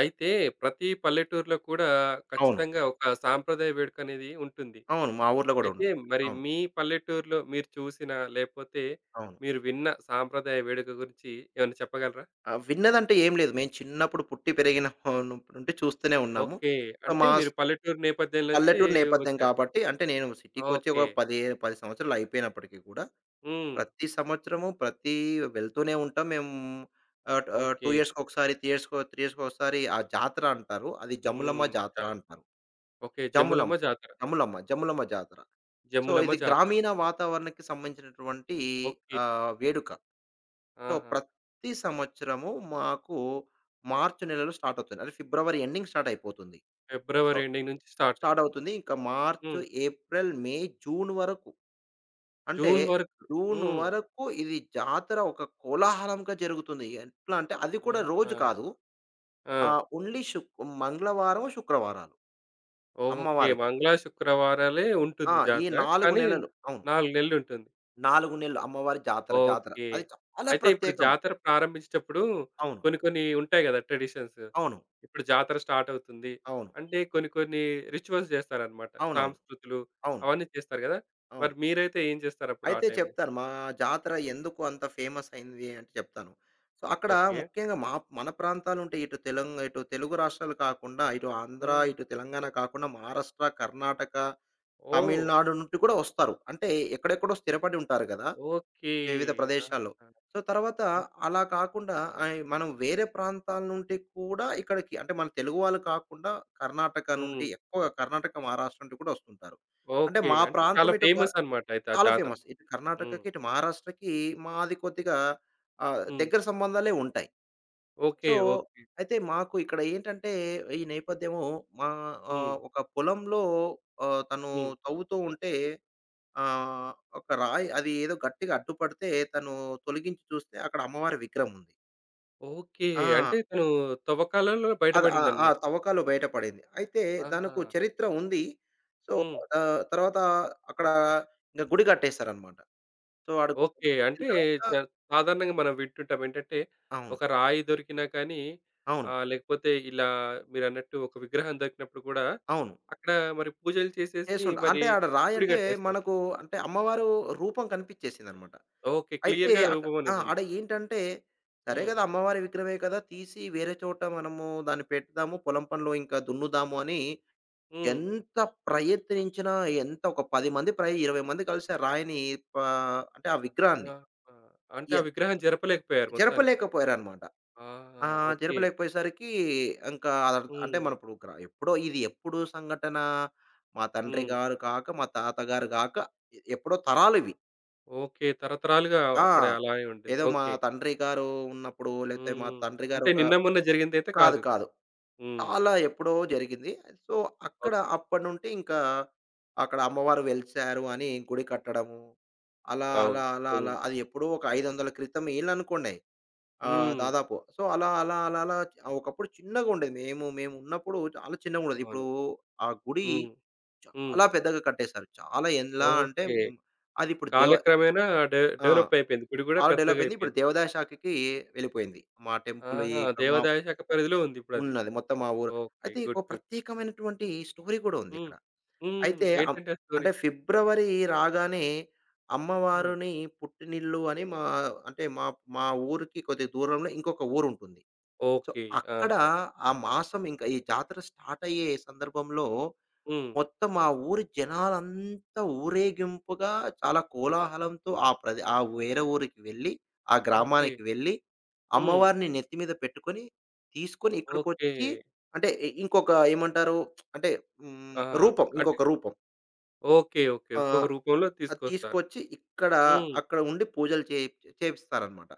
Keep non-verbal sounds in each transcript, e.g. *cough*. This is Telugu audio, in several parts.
అయితే ప్రతి పల్లెటూరులో కూడా అవును. ఖచ్చితంగా ఒక సాంప్రదాయ వేడుక అనేది ఉంటుంది. అవును. మా ఊర్లో గూడా అయితే ఉంటుంది. మరి అవును. మీ పల్లెటూరులో మీరు చూసిన, లేపోతే అవును. మీరు విన్న సాంప్రదాయ వేడుక గురించి ఏమన్నా చెప్పగలరా? విన్నదంటే ఏం లేదు. మేము చిన్నప్పుడు పుట్టి పెరిగిన నుండి చూస్తూనే ఉన్నాము. ఓకే. ఆహ్, అంటే మా స్ మీరు పల్లెటూరు నేపథ్యం నుంచి పల్లెటూరు నేపథ్యం వచ్చారు. కాబట్టి అంటే నేను సిటీకొచ్చి ఒక ఓకే. 10, 10 సంవత్సరాలు అయిపోయినప్పటికి కూడా హ్మ్. ప్రతి సంవత్సరము ప్రతి వెళ్తూనే ఉంటాం. మేము 2 ఓకే. ఇయర్స్‌కి ఒకసారి, 3 ఇయర్స్‌కి ఒకసారి ఆ జాతర అంటారు. అది జమ్ములమ్మ హ్మ్. జాతర జాతర. అంటారు. ఓకే. జమ్ములమ్మ జమ్ములమ్మ. జాతర. జమ్ములమ్మ. జమ్ములమ్మ జాతర. సో, జమ్ములమ్మ ఇది జాతర. గ్రామీణ వాతావరణానికి సంబంధించినటువంటి ఓకే. వేడుక. సో, ఆహా! ప్రతి సంవత్సరము మాకు మార్చ్ నెలలో స్టార్ట్ అవుతుంది. అంటే ఫిబ్రవరి ఎండింగ్ స్టార్ట్ అయిపోతుంది. సో, ఫిబ్రవరి ఎండింగ్ నుంచి స్టార్ట్. స్టార్ట్ అవుతుంది. ఇంకా మార్చ్, హ్మ్. ఏప్రిల్, మే, జూన్ వరకు అంటే జూన్ వరకు. జూన్ హ్మ్. వరకు ఇది జాతర ఒక కోలాహలంగా జరుగుతుంది. ఎట్లా అంటే అది కూడా ఆహా! రోజు కాదు. ఆ! ఓన్లీ మంగళవారం, శుక్రవారాలు ఓకే. అమ్మవారికి. మంగళ, శుక్రవారాలే ఆ! ఉంటుంది ఈ జాతర. 4 కానీ నెలలు. అవును. 4 నెలలుంటుంది. 4 నెలలు అమ్మవారి జాతర. ఓకే. అది చాలా అయితే ఇప్పుడు ప్రత్యేకము. జాతర ప్రారంభించేటప్పుడు అవును. కొన్ని కొన్ని ఉంటాయి గదా! ట్రెడిషన్స్. అవును. ఇప్పుడు జాతర స్టార్ట్ అవుతుంది. అవును. అంటే కొన్ని కొన్ని రిచువల్స్ జేస్తారనమాట. అవునవును. సాంస్కృతులు అవును. అవన్నీ చేస్తారు గదా! అవును. మరి మీరైతే ఏం జేస్తారప్పుడు ఆ అయితే టైంలో? చెప్తాను. మా జాతర ఎందుకు అంత ఫేమస్ అయింది అంటే చెప్తాను. సో, అక్కడ ఓకే. ముఖ్యంగా మన ప్రాంతాలుంటే ఇటు తెలుగు రాష్ట్రాలు కాకుండా, ఇటు ఆంధ్ర, హ్మ్. ఇటు తెలంగాణ కాకుండా మహారాష్ట్ర, కర్ణాటక, ఓహ్! తమిళనాడు నుండి కూడా వస్తారు. అంటే ఎక్కడెక్కడో స్థిరపడి ఉంటారు కదా! ఓకే. వివిధ ఆహా! ప్రదేశాల్లో. సో, తర్వాత అన్ అలా కాకుండా మనం వేరే ప్రాంతాల నుండి కూడా ఇక్కడికి అంటే మన తెలుగు వాళ్ళు కాకుండా హ్మ్. కర్ణాటక, మహారాష్ట్ర నుండి కూడా వస్తుంటారు. అంటే ఓకే. మా అంటే చాలా ప్రాంతం ఇటు క ఫేమస్ అనమాట అయితే ఆ చాలా జాతర. ఫేమస్. ఇటు హ్మ్. కర్ణాటకకి, ఇటు మహారాష్ట్రకి మాది కొద్దిగా హ్మ్. దగ్గర సంబంధాలే ఉంటాయి. ఓకే. So, okay. అయితే మాకు ఇక్కడ ఏంటంటే ఈ నేపథ్యము మా హ్మ్. ఒక పొలంలో తను హ్మ్. తవ్వుతూ ఉంటే ఆహ్, ఒక రాయి అది ఏదో గట్టిగా అడ్డుపడితే తను తొలగించి చూస్తే అక్కడ అమ్మవారి విగ్రహం ఉంది. ఓకే. ఆ! అంటే తను తవ్వకాలలో అది ఆ ఆ బయటపడిందన్నమాట. తవ్వకాలు బయటపడింది. అయితే ఆహా! దానికో చరిత్ర ఉంది. సో, హ్మ్. తర్వాత అక్కడ ఇంక గుడి కట్టేసారనమాట. సో, ఆడు ఓకే. గుడి కట్టిన అంటే తర్వాత చ సాధారణంగా మనం వింటుంటాం ఏంటంటే, అవును. ఒక రాయి దొరికినా కానీ అవును. ఆహ్, లేకపోతే ఇలా మీరన్నట్టు ఒక విగ్రహం దొరికినప్పుడు కూడా అవును. అక్కడ మరి పూజలు చేసేసి చేసుంట మరి అంటే ఆడ రాయి గుడి అంటే కట్టేస్తారు. మనకు అంటే అమ్మవారు రూపం కనిపిచ్చేసిందనమాట. ఓకే. అయితే క్లియర్‌గా అక రూపం ఆ! ఆడ అనేదుంది. ఏంటంటే, సరే హ్మ్. గదా! అమ్మవారి విగ్రహమే కదా! తీసి వేరే చోట మనము దాన్ని పెడదాము, పొలం పనిలో ఇంకా దున్నుదాము అని హ్మ్. ఎంత ప్రయత్నించినా, ఎంత ఒక 10 మంది ప్రయ 20 మంది కలిసి ఆ రాయిని పా అంటే ఆ విగ్రహాన్ని ఆహా! అంటే ఆ ఎన్ విగ్రహం జరపలేకపోయారు మొత్తానికి. జరపలేకపోయారనమాట. ఆహా! ఆ! ఓకే. జరపలేకపోయేసరికి ఇంకా అదర్ అంటే హ్మ్. మనం ఇప్పుడు గ్ర ఎప్పుడో ఇది ఎప్పుడు సంఘటన మా తండ్రి హ్మ్. గారు కాక, మా తాతగారు గాక ఎప్పుడో తరాలివి. ఓకే. తరతరాలుగా ఆ! అక్కడ అలానే ఉంటుంది. ఏదో మా ఓకే. తండ్రి గారు ఉన్నప్పుడు లేతే మా హ్మ్. తండ్రి గారు అంటే ఒక నిన్న మొన్న జరిగిందైతే కాదు. కాదు. కాదు. హ్మ్. చాలా ఎప్పుడో జరిగింది. సో, అక్కడ ఓకే. అప్పటినుంటి ఇంకా అక్కడ అమ్మవారు వెలిసారు అని గుడి కట్టడము. అలా, అవును. అలా, అలా, హ్మ్. అలా అది ఎప్పుడో ఒక 500 క్రితం ఏళ్ళనుకోండి. ఆ! హ్మ్. దాదాపు. సో, అలా అలా అలా అలా చ- ఆ ఒకప్పుడు చిన్నగుండేది. మేము మేమున్నప్పుడు చాలా చిన్నగుండేది. ఇప్పుడు అవును. ఆ గుడి హ్మ్. హ్మ్. చాలా పెద్దగా కట్టేసారు. చాలా ఎలా అంటే ఓకే. హ్మ్, అదిప్పుడు దేవ కాలక్రమేణా ఆ! డెవలప్ అయిపోయింది. గుడి గూడా చాలా డెవలప్ అయింది. ఇప్పుడు పెద్దగయిపోయింది. దేవాదాయ శాఖకి వెళ్ళిపోయింది. మా టెంపుల్ ఆహా! ఇక్కడ మా దేవాదాయ శాఖ పరిధిలో ఉందిప్పుడది. ఉన్నది. మొత్తం మా ఊరు. ఓకే. అయితే ఒక గుడ్. గుడ్. ప్రత్యేకమైనటువంటి స్టోరీ కూడా ఉంది హ్మ్. ఇక్కడ. హ్మ్. అయితే అం ఏంటండి ఆ స్టోరీ? అంటే ఫిబ్రవరి రాగానే హ్మ్. అమ్మవారిని పుట్టినిల్లు అని మా అంటే మా మా ఊరికి కొద్దిగా దూరంలో ఇంకొక ఊరుంటుంది. So, okay. అక్కడ ఆహా! ఆ మాసం ఇంకా ఈ జాతర స్టార్ట్ అయ్యే సందర్భంలో హ్మ్. మొత్తం ఆ ఊరి జనాలంతా ఊరేగింపుగా చాలా కోలాహలంతో ఆ వేరే ఊరికి వెళ్ళి, ఆ ఓకే. గ్రామానికి వెళ్ళి, హ్మ్. అమ్మవారిని నెత్తి మీద పెట్టుకొని, తీసుకొని ఓకే. ఇక్కడికొచ్చి అంటే ఇ ఇంకొక ఏమంటారు అంటే హ్మ్, ఆ! రూపం అంటే ఇంకొక రూపం. ఓకే. ఓకే. ఇంకొక ఆహ్, రూపంలో అది తీసుకొస్తారు. తీసుకొచ్చి ఇక్కడ హ్మ్. అక్కడ ఉండి పూజలు చేపిస్తారనమాట.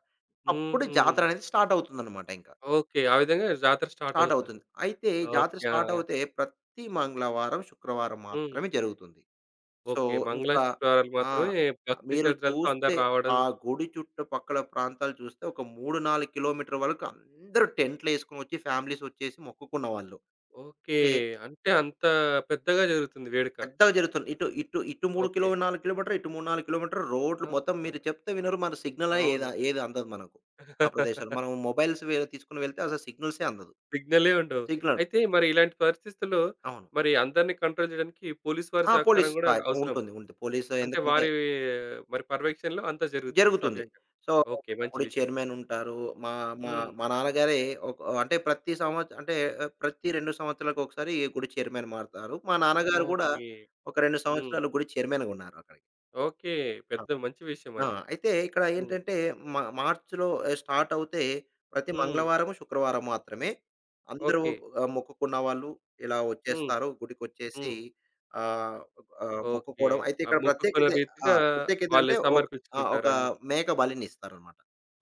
అప్పుడు హుహు. జాతర అనేది స్టార్ట్ అవుతుందనమాట ఇంక. ఓకే. ఆ విధంగా జాతర స్టార్ట్ స్టార్ట్ అవుతుంది. అవుతుంది. అయితే జాతర ఓకే. ఆ! స్టార్ట్ అవుతే ప్రతి మంగళవారం, శుక్రవారం హ్మ్. మాత్రమే జరుగుతుంది. So, okay. మంగళ, ఇంకా శుక్రవారాలు ఆ! మాత్రమే భక్తి మీరు శ్రద్ధలతో చూస్తే అందరూ రావడం. ఆ గుడి చుట్టుపక్కల ప్రాంతాలు చూస్తే ఒక 3, 4 కిలోమీటర్ల వరకు అందరూ టెంట్‌లేసుకొనొచ్చి ఫ్యామిలీసొచ్చేసి మొక్కుకున్నవాళ్ళు. ఓకే. అంటే అంటే అంత పెద్దగా జరుగుతుంది వేడుక. పెద్దగా జరుగుతుంది. ఇటు ఇటు ఇటు 3 కిలో ఓకే. 4 కిలోమీటర్లు, ఇటు 3, 4 కిలోమీటర్లు రోడ్లు మొత్తం ఆహా! మీరు చెప్తే వినరు. మన సిగ్నలే ఏద అవును. ఏది అందదు మనకు. ఆ ప్రదేశాలు. మనం *laughs* మొబైల్స్ వే తీసుకొని వెళ్తే అసలు సిగ్నల్సే అందదు. సిగ్నలే ఉండవు. సిగ్నల్ అయితే మరి ఇలాంటి పరిస్థితుల్లో అవును. మరి అందరిని కంట్రోల్ చేయడానికి పోలీస్ వారి ఆ! పోలీస్ సహకారం గూడా సాయం అవసరం. ఉంటుంది. ఉంటుంది. పోలీసు అంటే ఎందుకంటే వారి మరి పర్యవేక్షణలో అంతా జరుగుతుంది జరుగుతుంది. సవ్యంగా. So, okay. మంచి అప్పుడు విషయం. చైర్మన్ ఉంటారు. మా మా హ్మ్. మా నాన్నగారే ఒక అంటే ప్రతి సంవత్ అంటే ప్రతి 2 సంవత్సరాలకు ఒకసారి గుడి చైర్మన్ మారతారు. మా నాన్నగారు గూడా ఓకే. ఒక 2 హ్మ్. సంవత్సరాలు గుడి చైర్మన్‌గా ఉన్నారు అక్కడికి. ఓకే. ఆ! పెద్ద మంచి విషయం ఆ! అది. అయితే ఇక్కడ హ్మ్. ఏంటంటే మా మార్చ్‌లో స్టార్ట్ అవుతే ప్రతి హ్మ్. మంగళవారము, శుక్రవారం మాత్రమే అందరూ ఓకే. మొక్కుకున్న వాళ్ళు ఇలా హ్మ్. వచ్చేస్తారు. గుడికొచ్చేసి హ్మ్. ఆహ్, ఆహ్, ఓకే. మొక్కుకోవడం అయితే ఆ ఇక్కడ మొక్కుకున్న ప్రత్యేకత ఆ! రీతిగా ప్రత్యేకత వాళ్ళు అంటే ఒక ఆ! ఒక సమర్పించుకుంటారు అన్నీ. మేక బలినిస్తారనమాట.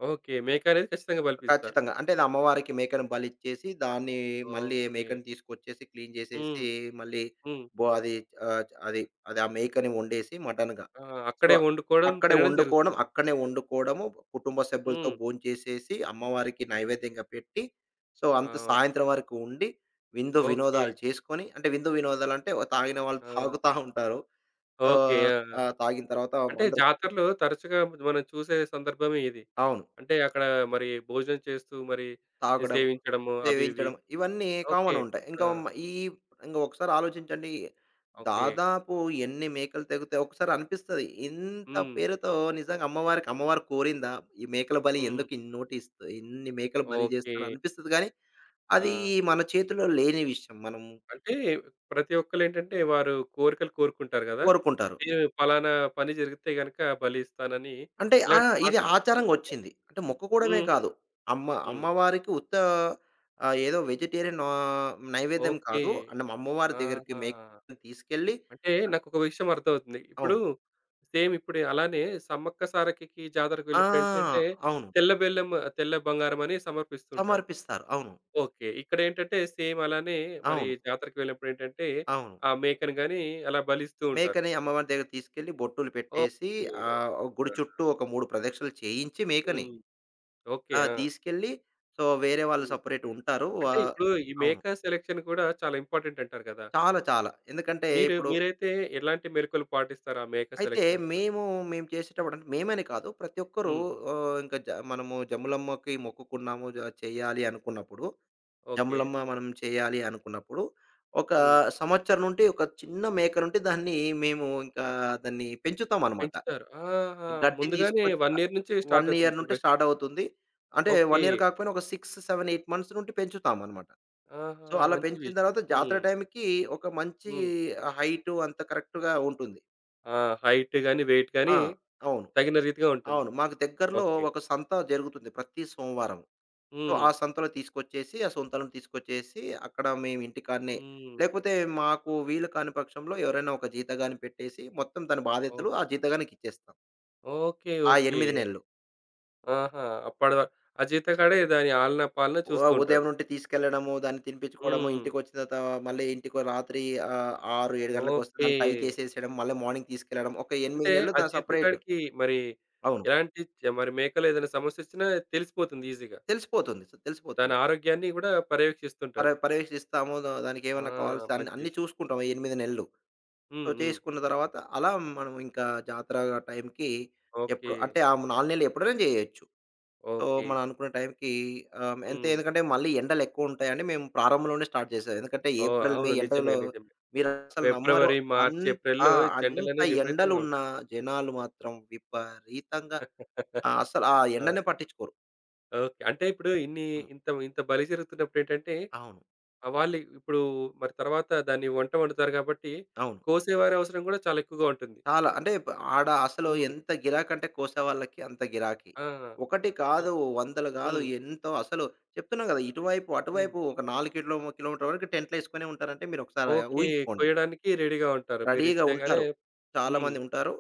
ఓకే. మేక అనేది ఖచ్చితంగా బలిపిస్తారు. ఖచ్చితంగా. అంటే అది అమ్మవారికి మేకను బలిచ్చేసి దాన్ని మళ్ళీ ఓకే. మేకని తీసుకొచ్చేసి క్లీన్ చేసేసి హ్మ్. మళ్ళీ హ్మ్. బో అది ఆహ్, అది అది ఆ మేకని వండేసి మటన్‌గా ఆ! సో, అక్కడే వండుకోవడం, అక్కడే తినడం వండుకోవడం, జరుగుతుంది. అక్కడనే వండుకోవడము, కుటుంబ సభ్యులతో హ్మ్. భోంచేసేసి, అమ్మవారికి నైవేద్యంగా పెట్టి, సో, అంత అవును. సాయంత్రం వరకు ఉండి, విందు ఓకే. వినోదాలు చేసుకొని అంటే విందు వినోదాలంటే, తాగిన వాళ్ళు ఆ! తాగుతా ఉంటారు. ఓకే. ఆహ్, ఆ! ఆహ్, తాగిన తర్వాత అంటే అందరూ జాతరలో తరచుగా మనం చూసే సందర్భమే ఇది. అవును. అంటే అక్కడ మరి భోజనం చేస్తూ మరి ఈ తాగడం, సేవించడము అవి ఇవి. సేవించడం ఇవన్నీ ఓకే. కామన్ ఉంటాయి. ఆ! ఇంకా మ ఈ ఇంక ఒకసారి ఆలోచించండి. ఓకే. దాదాపు ఎన్ని మేకలు తెగితే ఒకసారి అనిపిస్తది. ఇంత హ్మ్. పేరుతో నిజంగా అమ్మవారికి అమ్మవారు కోరిందా? ఈ మేకల బలి హ్మ్. ఎందుకు ఇన్నోటి ఇస్తు ఇన్ని మేకలు బలి ఓకే. చేస్తున్నారు అనిపిస్తది గానీ, అది ఆ! మన చేతిలో లేని విషయం. మనం అంటే ప్రతి ఒక్కళ్ళేంటంటే వారు కోరికలు కోరుకుంటారు గదా! కోరుకుంటారు. నేను పలానా పని జరిగితే గనక బలి ఇస్తానని అంటే ఆ! ఇలాంటి ఇది మాటలు ఆచారంగా చెప్తుంటారు కదా! వచ్చింది. అంటే మొక్కుకోవడమే హ్మ్. కాదు. హ్మ్. అమ్మవారికి ఉత్త ఏదో వెజిటేరియన్ నైవేద్యం ఓకే. కాదు. అంటే అమ్మవారి దగ్గరికి ఆహా! మేకని తీసుకెళ్ళి అంటే నాకొక విషయం అర్థమవుతుంది. ఇప్పుడు అవును. సేమ్ ఇప్పుడు అలానే సమ్మక్క సారక్కకి జాతరకు ఆ! వెళ్ళినప్పుడేంటంటే అవును. తెల్ల బెల్లం, తెల్ల బంగారం అని సమర్పిస్తుంటారు. సమర్పిస్తారు. అవును. ఓకే. ఇక్కడేంటంటే సేమ్ అలానే మరి అవును. జాతరకు వెళ్ళినప్పుడేంటంటే అవును. ఆ మేకను గాని అలా బలిస్తూ ఉంటారు. మేకని అమ్మవారి దగ్గర తీసుకెళ్ళి బొట్టులు పెట్టేసి ఓకే. ఆహ్, ఓకే. గుడి ఆ! చుట్టూ ఒక 3 ప్రదక్షిణలు చేయించి మేకని హ్మ్. ఓకే. ఆ! ఆ! తీసుకెళ్ళి సో, వేరే వాళ్ళు హ్మ్. సెపరేట్ ఉంటారు. అంటే ఇప్పుడు ఈ అవును. మేకర్ సెలక్షన్ కూడా చాలా ఇంపార్టెంట్ అంటారు కదా! చాలా చాలా. ఎందుకంటే మీరు ఇప్పుడు మీరైతే ఎలాంటి మెళకువలు పాటిస్తారు ఆ మేకర్ అయితే సెలక్షన్స్‌లో? మేము, మేము చేసేటప్పుడు అంటే మేమని కాదు. ప్రతి ఒక్కరు హ్మ్. ఇంకా జ మనము జమ్ములమ్మకి మొక్కుకున్నాము. జ చేయాలి అనుకున్నప్పుడు ఓకే. జమలమ్మ మనం చేయాలి అనుకున్నప్పుడు, ఒక హ్మ్. సంవత్సరం నుండి ఒక చిన్న మేక నుండి దాన్ని మేము ఇంకా దాన్ని పెంచుతామనమాట. పెంచుతారు. ఆహా! గడ్డి ముందుగానే తీసుకొచ్చి ఒక ఇయర్ నుంచి 1 స్టార్ట్ అవుతుంది ఇయర్ నుంటే ప్రిపరేషన్. స్టార్ట్ అవుతుంది. అంటే 1 ఓకే. ఇయర్ కాకపోయినా ఒక 6, 7, 8 మంత్స్ నుండి పెంచుతామనమాట. ఆహా! సో, అలా మంచి పెంచిన విషయం. తర్వాత జాతర హ్మ్. టైంకి ఒక మంచి హ్మ్. హైటు అంత కరెక్ట్‌గా ఉంటుంది. ఆ! హైట్ గాని, వెయిట్ ఆ! గాని అవును. తగిన రీతిగా ఉంటుంది. అవును. మాకు దగ్గరలో ఓకే. ఒక సంత జరుగుతుంది ప్రతి సోమవారం. సో, హ్మ్. ఆ సంతలో తీసుకొచ్చేసి, ఆ సొంతలను తీసుకొచ్చేసి, అక్కడ మేము ఇంటికాడనే హ్మ్. లేకపోతే మాకు వీలు కాని పక్షంలో ఎవరైనా ఒక జీతగాన్ని పెట్టేసి, మొత్తం తన ఓ బాధ్యతలు ఆ జీతగానికిచ్చేస్తాం. ఓకే. ఆ ఓకే. 8 నెలలు. ఆహా! అప్పటి వ ఆ జీతగాడే దాని ఆలనా పాలనా చూస్తూ ఉదయం ఉంటాడు. నుండి తీసుకెళ్ళడము, దాన్ని తినిపించుకోవడము, హ్మ్. ఇంటికొచ్చిన తర్వాత మళ్ళీ ఇంటికి రాత్రి 6, 7 గంటలకొస్తే ఓకే. దాన్ని టై చేసేసేయడం, మళ్ళీ మార్నింగ్ తీసుకెళ్ళడం. ఒక 8 అంటే నెలలు ఆ దా సెపరేట్. జీతకాడికి మరి అవును. ఎలాంటి చ మరి మేకలో ఏదైనా సమస్య వచ్చినా తెలిసిపోతుంది ఈజీగా. తెలిసిపోతుంది. సో దాని తెలిసిపోతుంది. ఆరోగ్యాన్ని గూడా పర్యవేక్షిస్తుంటాడు. పర్యవేక్షిస్తాము. ఆ! దానికేమన్నా కావాల్సిన మంచి అన్ని విషయం. చూసుకుంటాం. ఆ 8 నెలలు. సో, హ్మ్. హ్మ్. చేసుకున్న తర్వాత అలా మనం ఇంకా జాతర టైంకి ఓకే. ఎప్పుడు అంటే ఆ 4 నెలలు ఎప్పుడైనా చేయొచ్చు. So, okay. మనం అనుకున్న టైంకి అంతే హ్మ్. ఎందుకంటే మళ్ళీ ఎండలెక్కువుంటాయని మేము ప్రారంభంలోనే స్టార్ట్ చేసాం. ఎందుకంటే ఓహ్! ఏప్రిల్, మే అవును. నిజమే. ఎండలో నిజమే. మీరసలు నమ్మరు. ఫిబ్రవరి, అన్ మార్చ్, ఆ! ఏప్రిల్‌లో అంత ఎండలనేవి విపరీతంగా ఉంటాయి. ఎండలున్నా జనాలు మాత్రం విపరీతంగా ఆ! *laughs* అసలు ఆ ఆ! ఎండనే పట్టించుకోరు. ఓకే. అంటే ఇప్పుడు ఇన్ని హ్మ్. ఇంత ఇంత బలి జరుగుతున్నప్పుడేంటంటే, అవును. ఆ వాళ్ళు ఇప్పుడు మరి తర్వాత దాన్ని వంట వండుతారు కాబట్టి, అవును. కోసేవారి అవసరం గూడా చాలా ఎక్కువగా ఉంటుంది. చాలా. అంటే ప ఆడ అసలు హ్మ్. ఎంత గిరాకంటే కోసేవాళ్ళకి అంత గిరాకీ. ఆ! ఒకటి ఓహ్! కాదు, వందలు గాదు హ్మ్. ఎంతో అసలు చెప్తున్నా గదా! ఇటువైపు, హ్మ్. అటువైపు ఒక 4 కిలో కిలోమీటర్ల వరకు టెంట్‌లేసుకొనే ఉంటారంటే మీరొకసారి ఓకే. ఊహించుకోండి. కొయ్యడానికి రెడీగా ఉంటారు. రెడీగా మీరిస్తే గాని ఉంటారు. హ్మ్. చాలామంది ఉంటారు.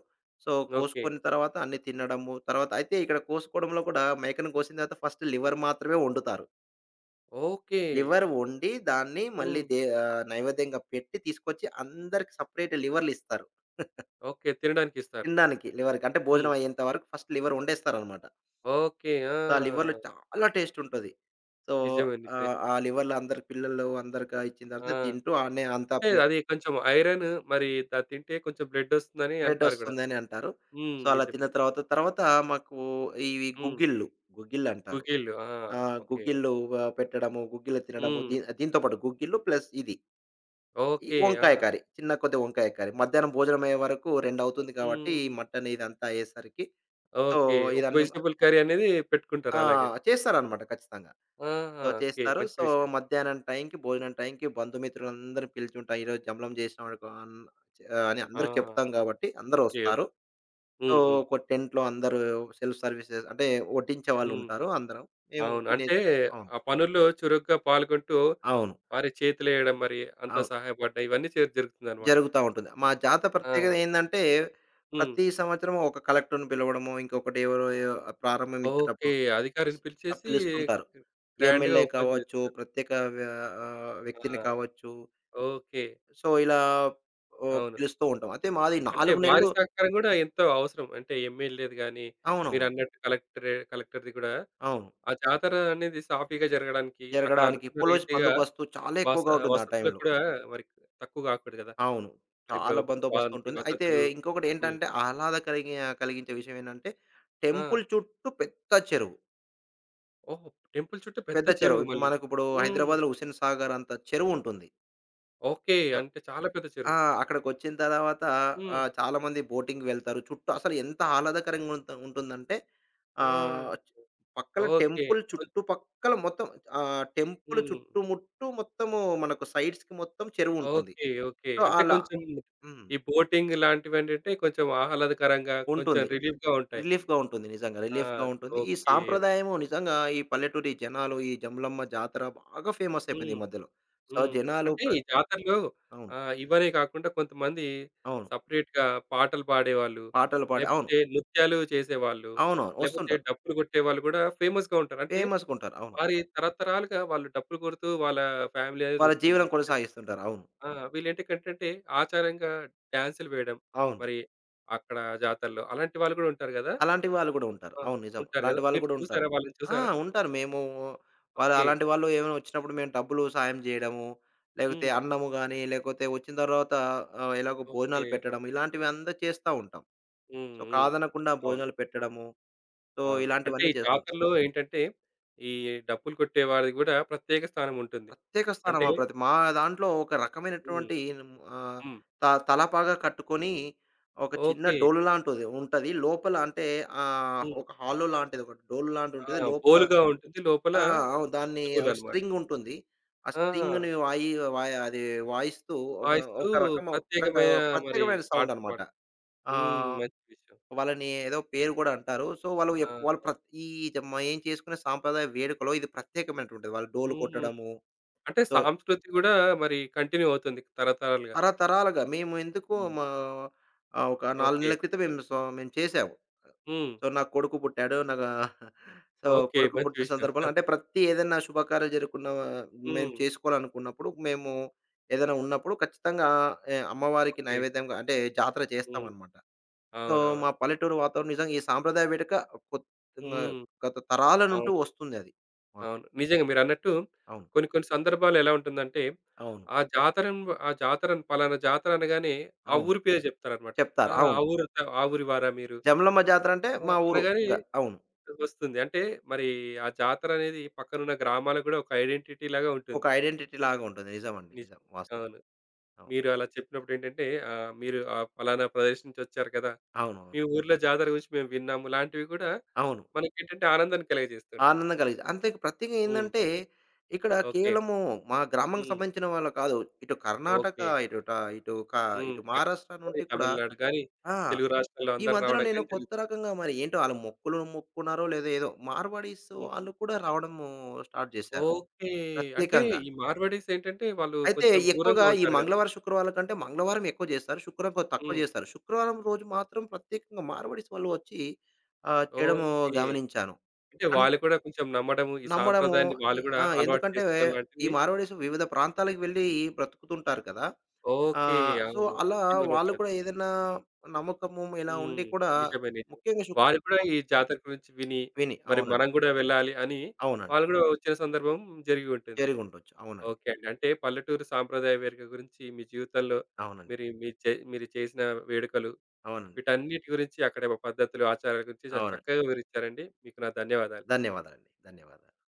So, okay. కోసుకున్న తర్వాత అన్నీ తినడము, తర్వాత అయితే ఇక్కడ కోసుకోవడంలో కూడా మేకను కోసిన తర్వాత ఫస్ట్ లివర్ మాత్రమే వండుతారు. ఓకే. లివర్ వండి దాన్ని మళ్ళీ హ్మ్. నైవేద్యంగా పెట్టి తీసుకొచ్చి అందరికి సెపరేట్ లివర్‌లిస్తారు. ఓకే. తినడానికిస్తారు. తినడానికి లివర్‌కి. అంటే హ్మ్. భోజనం అయ్యేంత వరకు ఫస్ట్ లివర్ వండేస్తారనమాట. ఓకే. సో, ఆ లివర్‌లో ఆ! చాలా టేస్ట్ ఉంటది. సో, నిజమే. నిజమే. ఆ లివర్‌లో అందరికి పిల్లలు అందరికి ఇచ్చిన ఆ! తర్వాత తింటూ ఆడనే అంతా అంటే ప్లే అది కొంచెం ఐరన్ మరి తింటే కొంచెం బ్లడొస్తుందని అంటారు గూడా. ప్లేటొస్తుందని అంటారు. హ్మ్. సో, అలా తిన్న నిజమే. నిజమే. తర్వాత తర్వాత మాకు ఇవి హ్మ్. గుగ్గిళ్ళు, గుగ్గిళ్ళంటారు. కుకీలు. ఆ! ఆ! ఓకే. గుగ్గిళ్ళు ఓకే. పెట్టడము, గుగ్గిళ్ళు తినడము. హ్మ్. దీంతో పాటు గుగ్గిళ్ళు ప్లస్ ఇది. ఈ ఓకే. ఆ! వంకాయ కర్రీ. చిన్న కొద్దిగా వంకాయ కర్రీ. మధ్యాహ్నం భోజనం అయ్యే వరకు 2 అవుతుంది కాబట్టి, ఈ హ్మ్. మటన్ ఇదంతా అయ్యేసరికి సో, ఓకే. ఒక ఇదన్నీ వెజిటబుల్ కర్రీ అనేది పెట్టుకుంటారు ఆ! అలాగే. చేస్తారనమాట ఖచ్చితంగా. సో, ఆహా! ఓకే. చేస్తారు. మంచి సో, విషయం. మధ్యాహ్నం టైంకి, భోజనం టైంకి బంధుమిత్రులందరిని పిలిచుంటా. ఈరోజు జమలం చేసినాం అనుకో అన్ ఆహ్, అని ఆ! అందరికి చెప్తాం కాబట్టి అందరూ ఓకే. ఓకే. వస్తారు. సో, హ్మ్. హ్మ్. ఒక టెంట్‌లో అందరూ సెల్ఫ్ సర్వీసెస్ అంటే వడ్డించే హ్మ్. వాళ్ళుంటారు అందరం. మేము అవును. అంటే తినేసి అవును. ఆ పనుల్లో చురుగ్గా పాల్గొంటూ అవును. మరి చేతులేయడం మరి అంత అవును. సహాయపడ్డాయి. ఇవన్నీ జరుగుతుందన్నమాట. జరుగుతా ఉంటుంది. మా జాతర ఆ! ప్రత్యేకత ఏందంటే, హ్మ్. ప్రతి సంవత్సరం ఒక కలెక్టర్‌ని పిలవడము, ఇంకొకటి ఎవరో ఎ ప్రారంభించేటప్పుడు ఓకే. అధికారిని పిలిచేసి పిలుస్తుంటారు. గ్రాండ్‌గా ఎమ్మెల్యే ఓపెన్ కావచ్చు, చేస్తారు. ప్రత్యేక వ్య వ్యక్తిని ఆ! కావచ్చు. ఓకే. సో, ఇలా ఓహ్, అవును. పిలుస్తూ ఉంటాం. అయితే మాది అంటే 4 వారి నెలలు సహకారం గూడా ఎంతో అవసరం. అంటే ఎమ్మెల్యేది గాని, అవునవును. మీరన్నట్టు కలెక్టర్‌ది గూడా అవును. ఆ జాతర అనేది సాఫీగా జరగడానికి అక్కడ జరగడానికి అనుకున్న పోలీస్ రీతిగా బందోబస్తు చాలా వస ఎక్కువగా ఉంటుంది ఆ వసతులు టైంలో. కూడా మరి తక్కువ గాకూడదు గదా! అవును. మరిప్పుడు చాలా బందోబస్తు వాంతి ఉంటుంది. అయితే వసతులు హ్మ్. ఇంకొకటేంటంటే, ఆహ్లాద కలిగి కలిగించే విషయం ఏంటంటే, ఆ! టెంపుల్ చుట్టూ పెద్ద చెరువు. ఓహో! టెంపుల్ చుట్టూ పెద్ద పెద్ద చెరువు. చెరువు మళ్ళీ. మనకిప్పుడు హ్మ్. హైదరాబాద్‌లో 'హుస్సేన్ సాగర్' అంత చెరువుంటుంది. ఓకే. అంటే చాలా పెద్ద ఆ! చెరువు. అక్కడికొచ్చిన తర్వాత హ్మ్. చాలామంది బోటింగ్‌కి వెళ్తారు. చుట్టూ అసలు ఎంత ఆహ్లాదకరంగా ఉంటుందంటే ఆ! ఆహ్, పక్కల ఓకే. టెంపుల్ కొన్ చుట్టుపక్కల మొత్తం టెంపుల్ హ్మ్. చుట్టుముట్టు మొత్తము మనకు సైడ్స్‌కి మొత్తం చెరువుంటుంది. ఓకే. ఓకే. సో, అంటే అలా కొంచెం హ్మ్. ఈ బోటింగ్ లాంటివేంటంటే కొంచెం ఆహ్లాదకరంగా, కొంచెం ఉంటుంది. రిలీఫ్‌గా ఉంటాయి. రిలీఫ్‌గా ఉంటుంది. నిజంగా ఆ! రిలీఫ్‌గా ఉంటుంది. ఈ ఓకే. సాంప్రదాయము నిజంగా ఈ పల్లెటూరి జనాలు ఈ జమ్లమ్మ జాతర బాగా ఫేమస్ అయిపోయింది హ్మ్. ఈ మధ్యలో. సో, హ్మ్. జనాలు అంటే ప్ర ఈ జాతరలో అవును. ఆహ్, ఇవనే కాకుండా కొంతమంది అవును. సెపరేట్‌గా పాటలు పాడేవాళ్ళు, పాటలు పాడి అవును. లేకపోతే నృత్యాలు చేసేవాళ్ళు, అవునవును. లేకపోతే వస్తుంటారు. డప్పులు కొట్టేవాళ్ళు కూడా ఫేమస్‌గా ఉంటారు. అంటే ఫేమస్‌గుంటారు. అవును. వారి తరతరాలుగా వాళ్ళు డప్పులు కొడుతూ వాళ్ళ ఫ్యామిలీ వాళ్ళ అనేదొస్తుంది. జీవనం లేకపోతే కొనసాగిస్తుంటారు. అవును. ఆ! వీళ్ళేంటికంటంటే ఆచారంగా డాన్సులు వేయడం. అవును. మరి అక్కడ జాతరలో అలాంటి వాళ్ళు గూడా ఉంటారు గదా! అలాంటి వాళ్ళు కూడా ఉంటారు. ఆ! అవును నిజం. ఉంటారు అలాంటి గదా! వాళ్ళు మీరు కూడా ఉంటారు. చూసారా? వాళ్ళని ఆ! చూసారా? ఉంటారు. మేము వాళ్ళు ఓకే. అలాంటి వాళ్ళు ఏమైనా వచ్చినప్పుడు మేము డబ్బులు సాయం జేయడము, లేకపోతే హ్మ్. అన్నము గాని, లేకపోతే వచ్చిన తర్వాత ఎలాగో ఓకే. భోజనాలు పెట్టడం ఇలాంటివి అంతా చేస్తా ఉంటాం. హ్మ్. సో, హ్మ్. కాదనకుండా అవును. భోజనాలు పెట్టడము. సో, అవును. అంటే ఇలాంటివన్నీ ఈ చేస్తాం. జాతరలో ఏంటంటే ఈ డప్పులు కొట్టే వారిది గూడా ప్రత్యేక స్థానం ఉంటుంది. ప్రత్యేక అంటే స్థానమా? ప్రతి మా దాంట్లో ఒక హ్మ్. రకమైనటువంటి ఆహ్, హ్మ్. తలపాగా కట్టుకొని ఒక చిన్న ఓకే. డోలు లాంటిది ఉంటది. లోపల అంటే హ్మ్. ఒక హాలో లాంటిది ఒకటి డోలు లాంటిది ఆ! ఉంటది. లోపల బోలుగా ఉంటుంది. లోపల ఆ! అవును. దాన్ని ఒక చెవులనమాట. స్ట్రింగ్ ఉంటుంది. ఆ ఆ! స్ట్రింగ్‌ని వాయి వాయి అది వాయిస్తూ ఒక వాయిస్తూ ఒక రకం ఒక ప్రత్యేకమైన మరి ప్రత్యేకమైన సౌండ్ పాటలు అనమాట. పాడు హ్మ్. ఆహ్, మంచి విషయం. వాళ్ళని ఏదో పేరు కూడా అంటారు. సో, వాళ్ళు ఆ! ఎప్ వాళ్ళు ప్ర ఈ మేము చేసుకునే సాంప్రదాయ వేడుకలో ఇది ప్రత్యేకమైనటువంటిది. వాళ్ళు డోలు హుహు. కొట్టడము. అంటే సో సాంస్కృతి గూడా మరి కంటిన్యూ అవుతుంది తరతరాలుగా. తరతరాలుగా మేము ఎందుకు హ్మ్. మా ఆహ్, ఒక 4 ఓకే. నెలల క్రితం మేము చేసాము. హ్మ్. సో, నాకు కొడుకు పుట్టాడు. So, okay. కొడుకు మంచి పుట్టిన విషయం. సందర్భంలో అంటే ప్రతి ఏదైనా శుభకార్యాలు జరుగుకున్న మేము హ్మ్. చేసుకోవాలనుకున్నప్పుడు, మేము ఏదైనా ఉన్నప్పుడు ఖచ్చితంగా అమ్మవారికి ఓకే. నైవేద్యంగా అంటే జాతర హ్మ్. చేస్తామనమాట. సో, మా అవునవును. పల్లెటూరు వాతావరణం నిజంగా ఈ సాంప్రదాయ వేడుక కొత్ ఆహ్, హ్మ్. గత తరాల నుంటూ అవును. వస్తుందది మాకు. అవును. నిజంగా మీరన్నట్టు అవును. కొన్ని కొన్ని సందర్భాల్లో ఎలా ఉంటుందంటే, అవును. ఆ జాతరం ఆ జాతర పలానా జాతర అనగానే ఆ అవును. ఊరి పేరు జెప్తారన్నమాట. ఆ! చెప్తారు. ఆ అవును. ఊరు ఆ ఊరి వారా మీరు? జమలమ్మ జాతర అంటే ఆ! మా ఊరు. అనగానే ఇంక అవును. వస్తుంది. అంటే మరి ఆ జాతరనేది పక్కనున్న గ్రామాలకు గూడా ఒక ఐడెంటిటీ లాగా ఒక ఉంటుంది. ఐడెంటిటీలాగా ఉంటుంది. నిజమండి. నిజ నిజం. వాస్తవం. అవును. అవు- మీరు అలా చెప్పినప్పుడేంటంటే ఆహ్, మీరు ఆ పలానా ప్రదేశం నుంచి వచ్చారు కదా! అవును. అవునవును. మీ ఊర్లో జాతర గురించి మేము విన్నాము. లాంటివి గూడా అవును. మనకేంటంటే ఆనందాన్ని కలగజేస్తుంటాయి. ఆనందం కలిగిద్ది. అంతే ప్రత్యేకంగా హ్మ్. ఏందంటే, ఇక్కడ ఓకే. కేవలము మా గ్రామంకి హ్మ్. సంబంధించిన వాళ్ళు కాదు. ఇటు కర్ణాటక, ఓకే. ఇటుట ఇటు క హ్మ్. ఇటు కర్ణాటక మహారాష్ట్ర గాని, నుండి కూడా తమిళనాడు గాని, ఆ! తెలుగు రాష్ట్రాల్లో ఈ అందరూ మధ్యలో రావడం నేను గాని కొత్త జరుగుతుంది. రకంగా మరి ఏంటో ఆళ్ళు మొక్కులు మొక్కుకున్నారో లేదో ఏదో మార్వాడీస్ హ్మ్. వాళ్ళు కూడా రావడము స్టార్ట్ చేశారు. ఓకే. అంటే ప్రత్యేకంగా. ఈ మార్వాడీస్ ఏంటంటే వాళ్ళు అయితే కొంచెం ఎక్కువగా దూరంగా ఈ ఉంటారు గదా! మంగళవారం, శుక్రవారాల కంటే మంగళవారం ఎక్కువ జేస్తారు. శుక్రవారం తక్కువ హ్మ్. జేస్తారు. శుక్రవారం రోజు మాత్రం ప్రత్యేకంగా మార్వాడీస్ వాళ్ళు వచ్చి చేయడము ఓకే. గమనించాను. అంటే అన్ వాళ్ళు కూడా కొంచెం నమ్మడము, ఈ నమ్మడము సాంప్రదాయాన్ని వాళ్ళు ఎ గూడా ఆ! అలవాటు ఎందుకంటే చేసుకోవడం ఈ లాంటివి మార్వాడీస్ వివిధ ప్రాంతాలకు వెళ్ళి బ్రతుకుతుంటారు కదా! ఓకే. సో, అవును. అలా వాళ్ళు జీవనోపాధి. కూడా ఏదైనా నమ్మకము ఇలా ఉండి హ్మ్. కూడా నిజమే. నిజమే. ముఖ్యంగా వాళ్ళు కూడా శుక్రవారం ఈ జాతర గురించి విని, విని మరి అవునండి. మనం గూడా వెళ్ళాలి అని అవునండి. వాళ్ళు గూడా వచ్చిన సందర్భం జరిగి ఉంటుంది. జరిగుండొచ్చు. అవునండి. ఓకే అండి. అంటే పల్లెటూరు సాంప్రదాయ వేడుక గురించి మీ జీవితంలో అవునండి. మీరు మీరు చే మీరు చేసిన వేడుకలు అవునండి. వీటన్నిటి గురించి, అక్కడ పద్ధతులు, ఆచారాల గురించి చాలా అవునండి. చక్కగా వివరించారండి. మీకు నా ధన్యవాదాలు. ధన్యవాదాలండి. ధన్యవాదాలు.